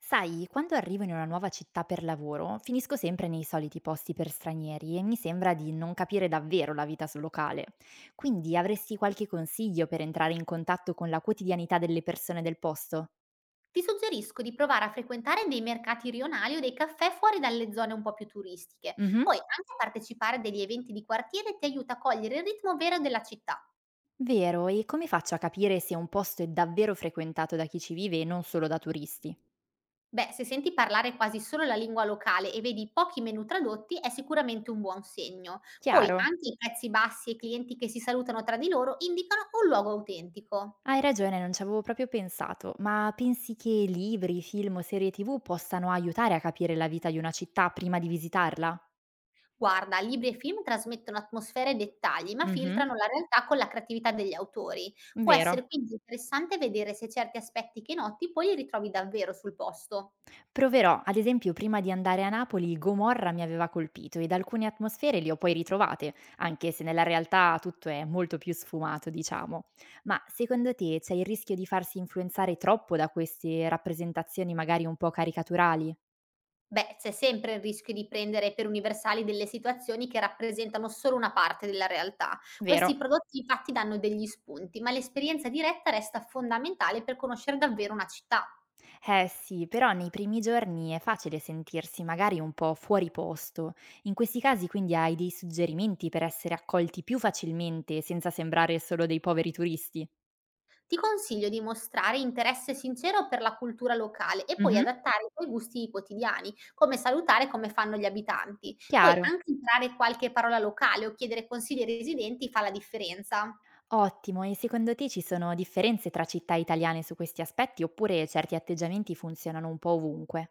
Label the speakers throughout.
Speaker 1: Sai, quando arrivo in una nuova città per lavoro, finisco sempre nei soliti posti per stranieri e mi sembra di non capire davvero la vita sul locale. Quindi avresti qualche consiglio per entrare in contatto con la quotidianità delle persone del posto?
Speaker 2: Ti suggerisco di provare a frequentare dei mercati rionali o dei caffè fuori dalle zone un po' più turistiche.
Speaker 1: Mhm.
Speaker 2: Poi anche partecipare a degli eventi di quartiere ti aiuta a cogliere il ritmo vero della città.
Speaker 1: Vero, e come faccio a capire se un posto è davvero frequentato da chi ci vive e non solo da turisti?
Speaker 2: Beh, se senti parlare quasi solo la lingua locale e vedi pochi menu tradotti, è sicuramente un buon segno. Poi
Speaker 1: Chiaro.
Speaker 2: anche i prezzi bassi e i clienti che si salutano tra di loro indicano un luogo autentico.
Speaker 1: Hai ragione, non ci avevo proprio pensato, ma pensi che libri, film o serie tv possano aiutare a capire la vita di una città prima di visitarla?
Speaker 2: Guarda, libri e film trasmettono atmosfere e dettagli, ma
Speaker 1: Mhm.
Speaker 2: filtrano la realtà con la creatività degli autori. Può
Speaker 1: Vero.
Speaker 2: essere quindi interessante vedere se certi aspetti che noti poi li ritrovi davvero sul posto.
Speaker 1: Proverò, ad esempio prima di andare a Napoli Gomorra mi aveva colpito ed alcune atmosfere le ho poi ritrovate, anche se nella realtà tutto è molto più sfumato, diciamo. Ma secondo te c'è il rischio di farsi influenzare troppo da queste rappresentazioni magari un po' caricaturali?
Speaker 2: Beh, c'è sempre il rischio di prendere per universali delle situazioni che rappresentano solo una parte della realtà.
Speaker 1: Vero?
Speaker 2: Questi prodotti infatti danno degli spunti, ma l'esperienza diretta resta fondamentale per conoscere davvero una città.
Speaker 1: Eh sì, però nei primi giorni è facile sentirsi magari un po' fuori posto. In questi casi quindi hai dei suggerimenti per essere accolti più facilmente senza sembrare solo dei poveri turisti?
Speaker 2: Ti consiglio di mostrare interesse sincero per la cultura locale e poi
Speaker 1: Mhm,
Speaker 2: adattare i tuoi gusti quotidiani, come salutare come fanno gli abitanti. Poi
Speaker 1: chiaro.
Speaker 2: anche imparare qualche parola locale o chiedere consigli ai residenti fa la differenza.
Speaker 1: Ottimo, e secondo te ci sono differenze tra città italiane su questi aspetti oppure certi atteggiamenti funzionano un po' ovunque?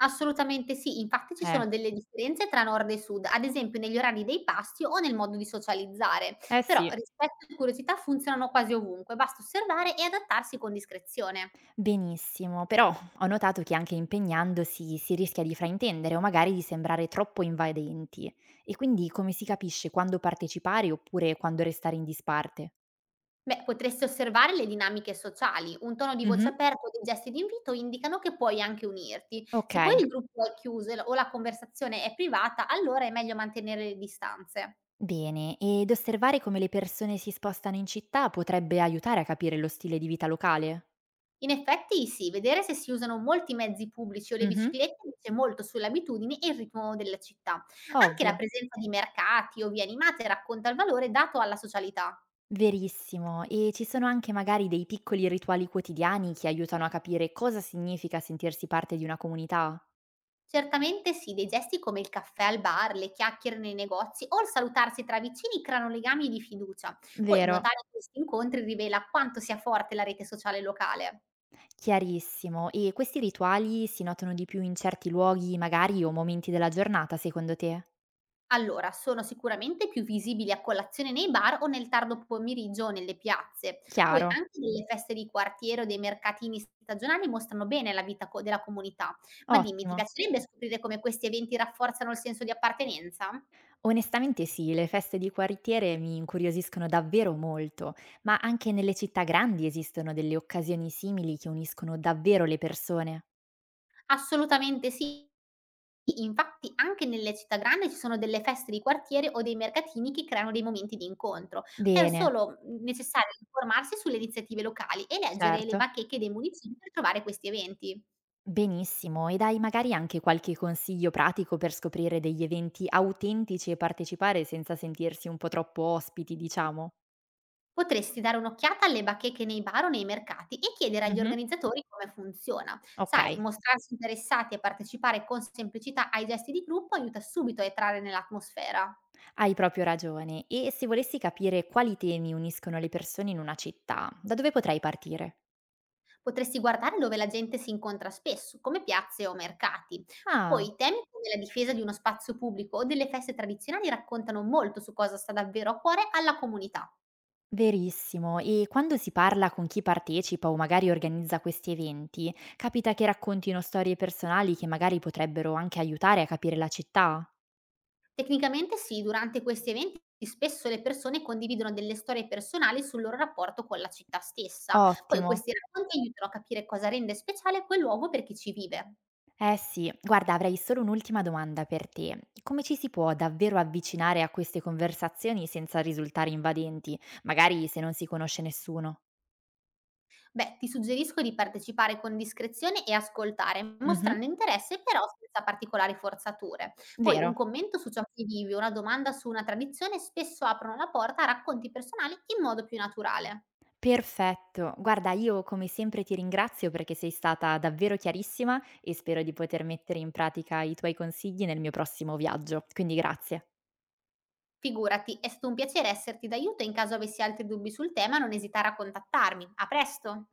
Speaker 2: Assolutamente sì, infatti ci
Speaker 1: Eh,
Speaker 2: sono delle differenze tra nord e sud, ad esempio negli orari dei pasti o nel modo di socializzare,
Speaker 1: eh
Speaker 2: però
Speaker 1: sì,
Speaker 2: rispetto e curiosità funzionano quasi ovunque, basta osservare e adattarsi con discrezione.
Speaker 1: benissimo, però ho notato che anche impegnandosi si rischia di fraintendere o magari di sembrare troppo invadenti. E quindi come si capisce quando partecipare oppure quando restare in disparte?
Speaker 2: Beh, potresti osservare le dinamiche sociali. Un tono di voce
Speaker 1: Mhm.
Speaker 2: aperto o dei gesti di invito indicano che puoi anche unirti. Se poi
Speaker 1: Ok,
Speaker 2: il gruppo è chiuso o la conversazione è privata, allora è meglio mantenere le distanze.
Speaker 1: bene, ed osservare come le persone si spostano in città potrebbe aiutare a capire lo stile di vita locale?
Speaker 2: In effetti sì, vedere se si usano molti mezzi pubblici o le
Speaker 1: Mhm.
Speaker 2: biciclette dice molto sulle abitudini e il ritmo della città. Anche la
Speaker 1: Ovvio.
Speaker 2: presenza di mercati o vie animate racconta il valore dato alla socialità.
Speaker 1: Verissimo, e ci sono anche magari dei piccoli rituali quotidiani che aiutano a capire cosa significa sentirsi parte di una comunità?
Speaker 2: Certamente sì, dei gesti come il caffè al bar, le chiacchiere nei negozi o il salutarsi tra vicini creano legami di fiducia. Poi
Speaker 1: Vero.
Speaker 2: notare questi incontri rivela quanto sia forte la rete sociale locale.
Speaker 1: Chiarissimo, e questi rituali si notano di più in certi luoghi, magari o momenti della giornata, secondo te?
Speaker 2: Allora, sono sicuramente più visibili a colazione nei bar o nel tardo pomeriggio o nelle piazze. Poi
Speaker 1: Chiaro.
Speaker 2: anche delle feste di quartiere o dei mercatini stagionali mostrano bene la della comunità. Ma dimmi, ti
Speaker 1: Ottimo.
Speaker 2: piacerebbe scoprire come questi eventi rafforzano il senso di appartenenza?
Speaker 1: Onestamente sì, le feste di quartiere mi incuriosiscono davvero molto, ma anche nelle città grandi esistono delle occasioni simili che uniscono davvero le persone.
Speaker 2: Assolutamente sì. Infatti anche nelle città grandi ci sono delle feste di quartiere o dei mercatini che creano dei momenti di incontro. È
Speaker 1: Bene,
Speaker 2: solo, necessario informarsi sulle iniziative locali e leggere le
Speaker 1: certo.
Speaker 2: bacheche dei municipi per trovare questi eventi.
Speaker 1: Benissimo, e dai magari anche qualche consiglio pratico per scoprire degli eventi autentici e partecipare senza sentirsi un po' troppo ospiti, diciamo.
Speaker 2: Potresti dare un'occhiata alle bacheche nei bar o nei mercati e chiedere agli
Speaker 1: Mhm,
Speaker 2: organizzatori come funziona.
Speaker 1: ok.
Speaker 2: Sai, mostrarsi interessati e partecipare con semplicità ai gesti di gruppo aiuta subito a entrare nell'atmosfera.
Speaker 1: Hai proprio ragione. E se volessi capire quali temi uniscono le persone in una città, da dove potrei partire?
Speaker 2: Potresti guardare dove la gente si incontra spesso, come piazze o mercati.
Speaker 1: Ah,
Speaker 2: Poi temi come la difesa di uno spazio pubblico o delle feste tradizionali raccontano molto su cosa sta davvero a cuore alla comunità.
Speaker 1: verissimo. E quando si parla con chi partecipa o magari organizza questi eventi, capita che raccontino storie personali che magari potrebbero anche aiutare a capire la città?
Speaker 2: Tecnicamente sì, durante questi eventi spesso le persone condividono delle storie personali sul loro rapporto con la città stessa. Poi
Speaker 1: Ottimo.
Speaker 2: questi racconti aiutano a capire cosa rende speciale quel luogo per chi ci vive.
Speaker 1: Eh sì, guarda, avrei solo un'ultima domanda per te. Come ci si può davvero avvicinare a queste conversazioni senza risultare invadenti, magari se non si conosce nessuno?
Speaker 2: Beh, ti suggerisco di partecipare con discrezione e ascoltare,
Speaker 1: Mhm,
Speaker 2: mostrando interesse però senza particolari forzature. Poi un
Speaker 1: vero.
Speaker 2: commento su ciò che vivi, una domanda su una tradizione spesso aprono la porta a racconti personali in modo più naturale.
Speaker 1: Perfetto. Guarda, io come sempre ti ringrazio perché sei stata davvero chiarissima e spero di poter mettere in pratica i tuoi consigli nel mio prossimo viaggio. Quindi grazie.
Speaker 2: Figurati, è stato un piacere esserti d'aiuto e in caso avessi altri dubbi sul tema non esitare a contattarmi. A presto!